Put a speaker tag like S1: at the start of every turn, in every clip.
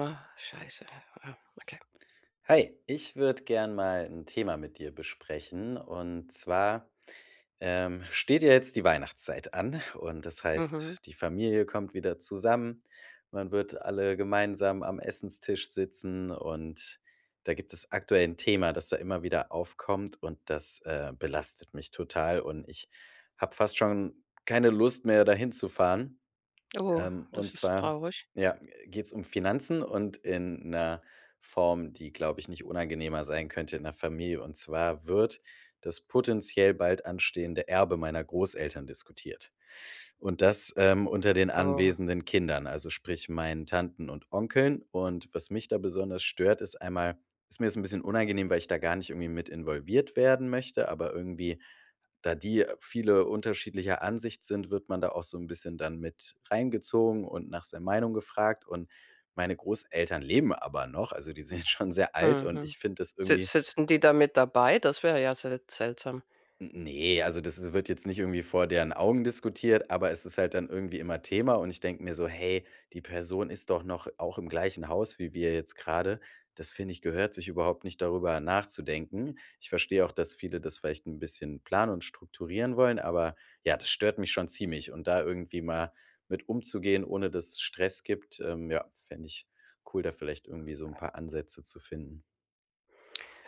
S1: Ah, scheiße. Ah, okay.
S2: Hi, ich würde gern mal ein Thema mit dir besprechen. Und zwar, steht ja jetzt die Weihnachtszeit an und das
S1: Mhm.
S2: heißt, die Familie kommt wieder zusammen. Man wird alle gemeinsam am Essenstisch sitzen und da gibt es aktuell ein Thema, das da immer wieder aufkommt und das belastet mich total und ich habe fast schon keine Lust mehr, dahin zu fahren.
S1: Oh,
S2: Und
S1: das ist
S2: zwar,
S1: traurig.
S2: ja, geht es um Finanzen und in einer Form, die, glaube ich, nicht unangenehmer sein könnte in der Familie. Und zwar wird das potenziell bald anstehende Erbe meiner Großeltern diskutiert. Und das, unter den
S1: Oh,
S2: anwesenden Kindern, also sprich meinen Tanten und Onkeln. Und was mich da besonders stört, ist einmal ist mir das ein bisschen unangenehm, weil ich da gar nicht irgendwie mit involviert werden möchte, aber irgendwie, da die viele unterschiedlicher Ansicht sind, wird man da auch so ein bisschen dann mit reingezogen und nach seiner Meinung gefragt. Und meine Großeltern leben aber noch, also die sind schon sehr alt und
S1: mhm.
S2: ich finde das
S1: Si
S2: irgendwie.
S1: sitzen die da mit dabei? Das wäre ja seltsam.
S2: Nee, also das ist wird jetzt nicht irgendwie vor deren Augen diskutiert, aber es ist halt dann irgendwie immer Thema und ich denke mir so: „Hey, die Person ist doch noch auch im gleichen Haus wie wir jetzt gerade. Das finde ich, gehört sich überhaupt nicht, darüber nachzudenken. Ich verstehe auch, dass viele das vielleicht ein bisschen planen und strukturieren wollen, aber ja, das stört mich schon ziemlich und da irgendwie mal mit umzugehen, ohne dass es Stress gibt, ja, fände ich cool, da vielleicht irgendwie so ein paar Ansätze zu finden.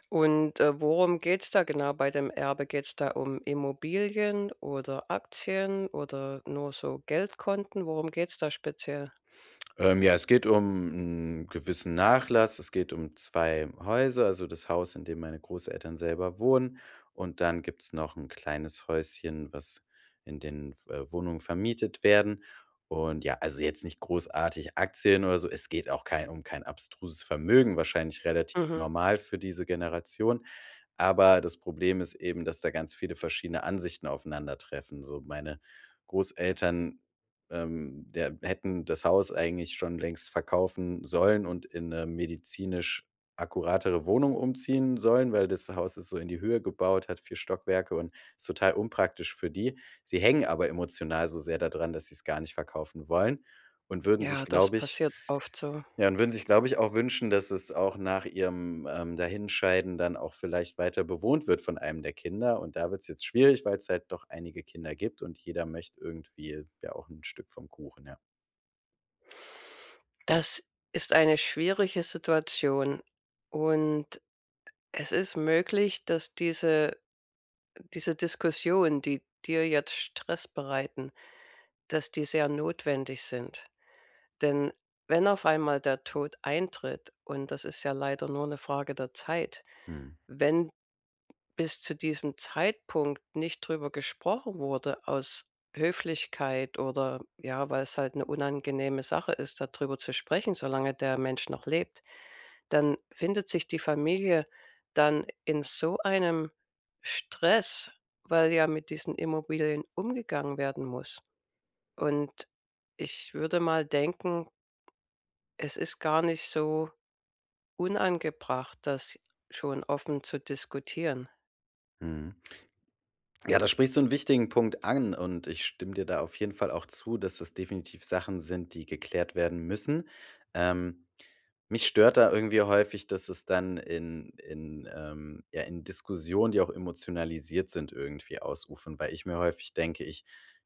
S1: Und worum geht's da genau bei dem Erbe? Geht's da um Immobilien oder Aktien oder nur so Geldkonten? Worum geht's da speziell?
S2: Ja, es geht um einen gewissen Nachlass. Es geht um 2 Häuser, also das Haus, in dem meine Großeltern selber wohnen. Und dann gibt's noch ein kleines Häuschen, was in den Wohnungen vermietet werden. Und ja, also jetzt nicht großartig Aktien oder so. Es geht auch kein um kein abstruses Vermögen, wahrscheinlich relativ
S1: Mhm.
S2: normal für diese Generation. Aber das Problem ist eben, dass da ganz viele verschiedene Ansichten aufeinandertreffen. So meine Großeltern der hätten das Haus eigentlich schon längst verkaufen sollen und in 'ne medizinisch akkuratere Wohnung umziehen sollen, weil das Haus ist so in die Höhe gebaut, hat 4 Stockwerke und ist total unpraktisch für die. Sie hängen aber emotional so sehr daran, dass sie es gar nicht verkaufen wollen und würden sich,
S1: Ja, das
S2: glaube ich,
S1: passiert oft so.
S2: ja, und würden sich, glaube ich, auch wünschen, dass es auch nach ihrem, Dahinscheiden dann auch vielleicht weiter bewohnt wird von einem der Kinder. Und da wird es jetzt schwierig, weil es halt doch einige Kinder gibt und jeder möchte irgendwie ja auch ein Stück vom Kuchen, ja.
S1: Das ist eine schwierige Situation und es ist möglich, dass diese Diskussionen, die dir jetzt Stress bereiten, dass die sehr notwendig sind. Denn wenn auf einmal der Tod eintritt, und das ist ja leider nur eine Frage der Zeit,
S2: Mhm,
S1: wenn bis zu diesem Zeitpunkt nicht drüber gesprochen wurde aus Höflichkeit oder ja, weil es halt eine unangenehme Sache ist, darüber zu sprechen, solange der Mensch noch lebt, dann findet sich die Familie dann in so einem Stress, weil ja mit diesen Immobilien umgegangen werden muss. Und ich würde mal denken, es ist gar nicht so unangebracht, das schon offen zu diskutieren.
S2: mhm. Ja, da sprichst du einen wichtigen Punkt an und ich stimme dir da auf jeden Fall auch zu, dass das definitiv Sachen sind, die geklärt werden müssen. Ähm, Mich stört da irgendwie häufig, dass es dann in, ja, in Diskussionen, die auch emotionalisiert sind, irgendwie ausufern, weil ich mir häufig denke, ich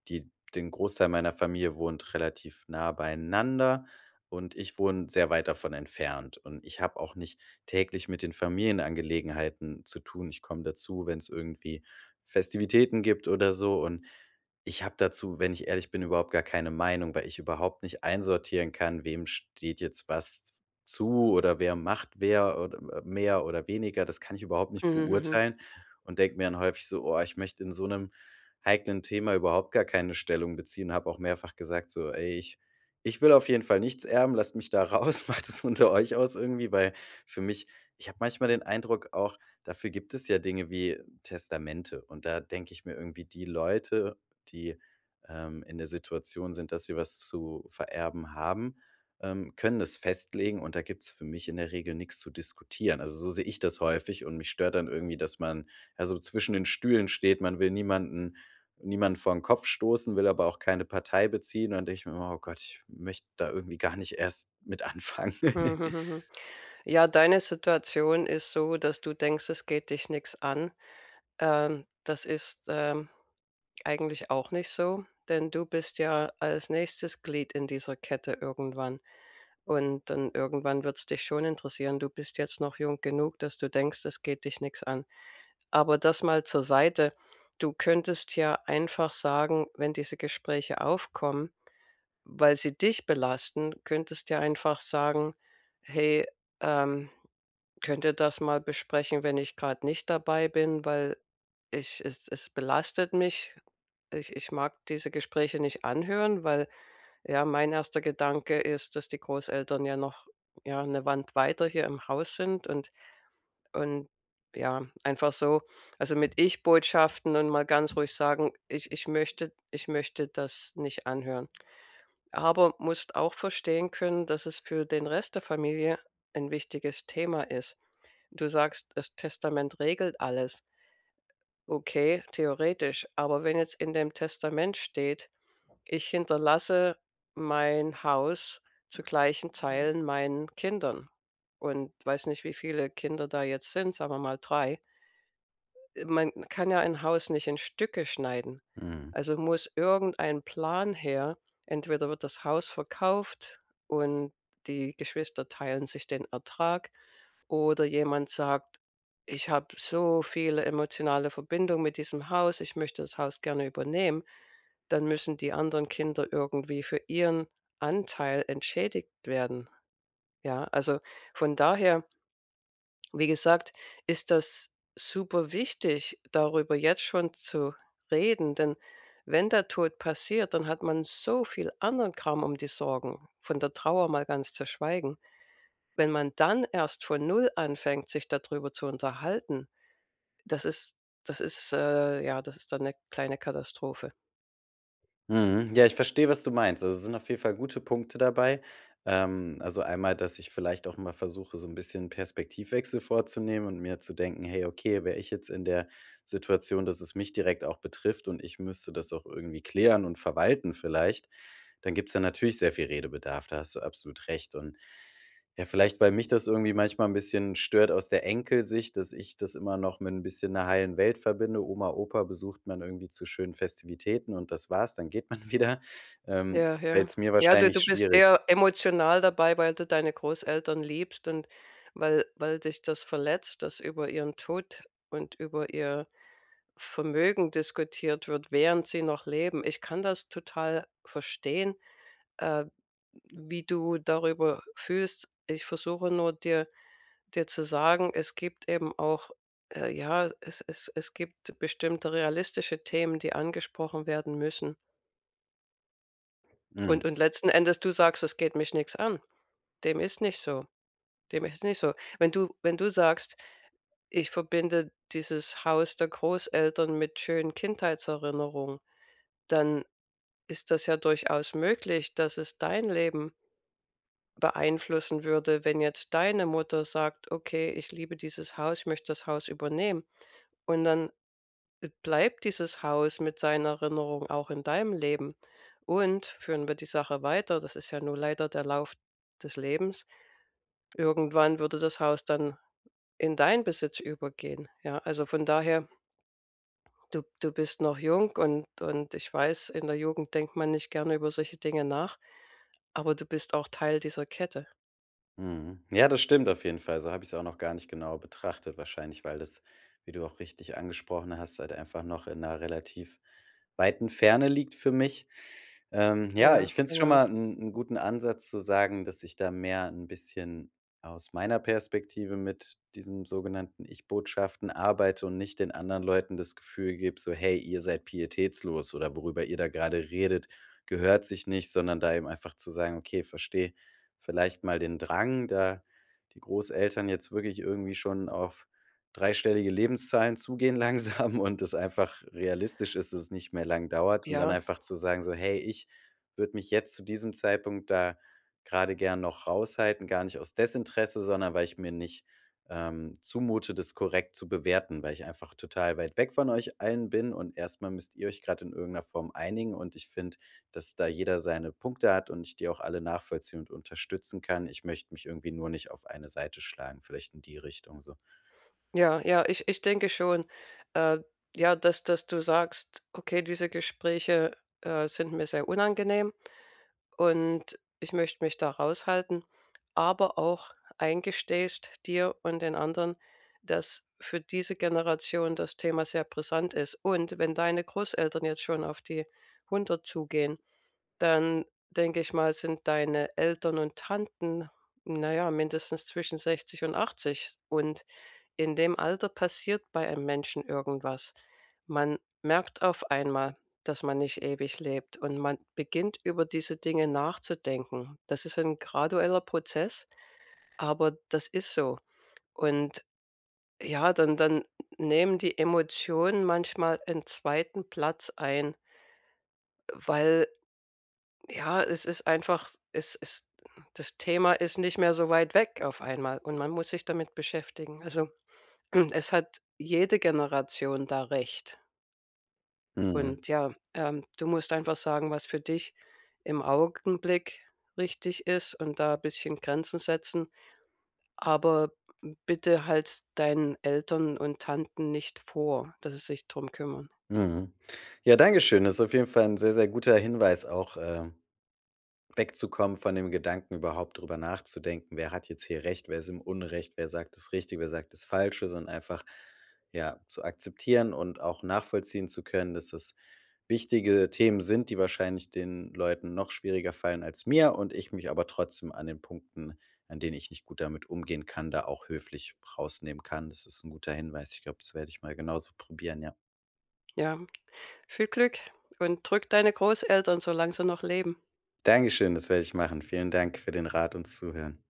S2: die den Großteil meiner Familie wohnt relativ nah beieinander und ich wohne sehr weit davon entfernt. Und ich habe auch nicht täglich mit den Familienangelegenheiten zu tun. Ich komme dazu, wenn es irgendwie Festivitäten gibt oder so. Und ich habe dazu, wenn ich ehrlich bin, überhaupt gar keine Meinung, weil ich überhaupt nicht einsortieren kann, wem steht jetzt was zu oder wer macht wer oder mehr oder weniger. Das kann ich überhaupt nicht
S1: Mhm, mhm.
S2: beurteilen und denke mir dann häufig so, oh, ich möchte in so einem heiklen Thema überhaupt gar keine Stellung beziehen. Habe auch mehrfach gesagt so: „Ey, ich will auf jeden Fall nichts erben, lasst mich da raus, macht es unter euch aus irgendwie“, weil für mich ich habe manchmal den Eindruck auch, dafür gibt es ja Dinge wie Testamente. Und da denke ich mir irgendwie, die Leute, die, in der Situation sind, dass sie was zu vererben haben, können es festlegen und da gibt es für mich in der Regel nichts zu diskutieren. Also, so sehe ich das häufig und mich stört dann irgendwie, dass man also zwischen den Stühlen steht. Man will niemanden vor 'n Kopf stoßen, will aber auch keine Partei beziehen. Und dann denke ich mir immer: „Oh Gott, ich möchte da irgendwie gar nicht erst mit anfangen.“
S1: Mhm, mhm, mhm. Ja, deine Situation ist so, dass du denkst, es geht dich nichts an. Das ist, eigentlich auch nicht so, denn du bist ja als nächstes Glied in dieser Kette irgendwann. Und dann irgendwann wird es dich schon interessieren. Du bist jetzt noch jung genug, dass du denkst, es geht dich nichts an. Aber das mal zur Seite. Du könntest ja einfach sagen, wenn diese Gespräche aufkommen, weil sie dich belasten, könntest ja einfach sagen: „Hey, ähm“ Könnt ihr das mal besprechen, wenn ich gerade nicht dabei bin, weil ich es belastet mich. Ich mag diese Gespräche nicht anhören, weil, ja, mein erster Gedanke ist, dass die Großeltern ja noch, ja, eine Wand weiter hier im Haus sind und und ja, einfach so, also, mit Ich-Botschaften und mal ganz ruhig sagen: „Ich möchte das nicht anhören.“ Aber musst auch verstehen können, dass es für den Rest der Familie ein wichtiges Thema ist. Du sagst, das Testament regelt alles. Okay, theoretisch. Aber wenn jetzt in dem Testament steht, ich hinterlasse mein Haus zu gleichen Teilen meinen Kindern. Und weiß nicht, wie viele Kinder da jetzt sind, sagen wir mal 3, man kann ja ein Haus nicht in Stücke schneiden.
S2: Mhm.
S1: Also muss irgendein Plan her. Entweder wird das Haus verkauft und die Geschwister teilen sich den Ertrag oder jemand sagt: „Ich habe so viele emotionale Verbindung mit diesem Haus, ich möchte das Haus gerne übernehmen.“ Dann müssen die anderen Kinder irgendwie für ihren Anteil entschädigt werden. Ja, also, von daher, wie gesagt, ist das super wichtig, darüber jetzt schon zu reden, denn wenn der Tod passiert, dann hat man so viel anderen Kram um die Sorgen, von der Trauer mal ganz zu schweigen. Wenn man dann erst von Null anfängt, sich darüber zu unterhalten, das ist das ist, ja, das ist dann 'ne kleine Katastrophe.
S2: Mhm. Ja, ich verstehe, was du meinst. Also, es sind auf jeden Fall gute Punkte dabei. Also einmal, dass ich vielleicht auch mal versuche, so ein bisschen Perspektivwechsel vorzunehmen und mir zu denken: „Hey, okay, wäre ich jetzt in der Situation, dass es mich direkt auch betrifft und ich müsste das auch irgendwie klären und verwalten vielleicht“, dann gibt's da natürlich sehr viel Redebedarf. Da hast du absolut recht und ja, vielleicht, weil mich das irgendwie manchmal ein bisschen stört aus der Enkelsicht, dass ich das immer noch mit ein bisschen 'ner heilen Welt verbinde. Oma, Opa besucht man irgendwie zu schönen Festivitäten und das war's, dann geht man wieder. Ähm,
S1: Ja, ja.
S2: Fällt's mir
S1: Ja, du
S2: wahrscheinlich
S1: du bist
S2: schwierig.
S1: eher emotional dabei, weil du deine Großeltern liebst und weil dich das verletzt, dass über ihren Tod und über ihr Vermögen diskutiert wird, während sie noch leben. Ich kann das total verstehen, äh, wie du darüber fühlst. Ich versuche nur, dir zu sagen, es gibt eben auch, ja, es gibt bestimmte realistische Themen, die angesprochen werden müssen.
S2: Mhm.
S1: Und letzten Endes du sagst: „Es geht mich nichts an.“ Dem ist nicht so. Dem ist nicht so. Wenn du sagst: „Ich verbinde dieses Haus der Großeltern mit schönen Kindheitserinnerungen“, dann ist das ja durchaus möglich, dass es dein Leben beeinflussen würde, wenn jetzt deine Mutter sagt: „Okay, ich liebe dieses Haus, ich möchte das Haus übernehmen.“ Und dann bleibt dieses Haus mit seiner Erinnerung auch in deinem Leben? Und führen wir die Sache weiter, das ist ja nur leider der Lauf des Lebens, irgendwann würde das Haus dann in deinen Besitz übergehen. Ja, also von daher, du bist noch jung und ich weiß, in der Jugend denkt man nicht gerne über solche Dinge nach, aber du bist auch Teil dieser Kette.
S2: Mhm. Ja, das stimmt auf jeden Fall. So habe ich es auch noch gar nicht genau betrachtet. Wahrscheinlich, weil das, wie du auch richtig angesprochen hast, halt einfach noch in einer relativ weiten Ferne liegt für mich. Ja,
S1: Ja,
S2: ich finde es schon
S1: genau.
S2: mal einen guten Ansatz zu sagen, dass ich da mehr ein bisschen aus meiner Perspektive mit diesen sogenannten Ich-Botschaften arbeite und nicht den anderen Leuten das Gefühl gebe, so: „Hey, ihr seid pietätslos oder worüber ihr da gerade redet, gehört sich nicht“, sondern da eben einfach zu sagen: „Okay, verstehe, vielleicht mal den Drang, da die Großeltern jetzt wirklich irgendwie schon auf dreistellige Lebenszahlen zugehen langsam und es einfach realistisch ist, dass es nicht mehr lang dauert und dann
S1: Ja,
S2: einfach zu sagen so: „Hey, ich würde mich jetzt zu diesem Zeitpunkt da gerade gern noch raushalten, gar nicht aus Desinteresse, sondern weil ich mir nicht, zumute, das korrekt zu bewerten, weil ich einfach total weit weg von euch allen bin und erstmal müsst ihr euch gerade in irgendeiner Form einigen und ich finde, dass da jeder seine Punkte hat und ich die auch alle nachvollziehen und unterstützen kann. Ich möchte mich irgendwie nur nicht auf eine Seite schlagen, vielleicht in die Richtung so.
S1: ja, ja, ich denke schon, äh, ja, dass du sagst: „Okay, diese Gespräche, sind mir sehr unangenehm.“ und ich möchte mich da raushalten, aber auch eingestehst dir und den anderen, dass für diese Generation das Thema sehr brisant ist. Und wenn deine Großeltern jetzt schon auf die hundert zugehen, dann denke ich mal, sind deine Eltern und Tanten, naja, mindestens zwischen 60 und 80. Und in dem Alter passiert bei einem Menschen irgendwas. Man merkt auf einmal, dass man nicht ewig lebt und man beginnt über diese Dinge nachzudenken. Das ist ein gradueller Prozess, aber das ist so. Und ja, dann, dann nehmen die Emotionen manchmal einen zweiten Platz ein, weil ja, es ist einfach, es ist, das Thema ist nicht mehr so weit weg auf einmal und man muss sich damit beschäftigen. Also, es hat jede Generation da recht.
S2: Mhm,
S1: Und ja, du musst einfach sagen, was für dich im Augenblick richtig ist und da ein bisschen Grenzen setzen. Aber bitte halt deinen Eltern und Tanten nicht vor, dass sie sich drum kümmern.
S2: mhm. Ja, danke schön. Das ist auf jeden Fall ein sehr, sehr guter Hinweis auch, wegzukommen von dem Gedanken, überhaupt drüber nachzudenken: „Wer hat jetzt hier Recht? Wer ist im Unrecht? Wer sagt das Richtige? Wer sagt das Falsche?“ Sondern einfach, ja, zu akzeptieren und auch nachvollziehen zu können, dass das wichtige Themen sind, die wahrscheinlich den Leuten noch schwieriger fallen als mir und ich mich aber trotzdem an den Punkten, an denen ich nicht gut damit umgehen kann, da auch höflich rausnehmen kann. Das ist ein guter Hinweis. Ich glaube, das werde ich mal genauso probieren, ja.
S1: Ja, viel Glück und drück deine Großeltern, solange sie noch leben.
S2: Dankeschön, das werde ich machen. Vielen Dank für den Rat und Zuhören.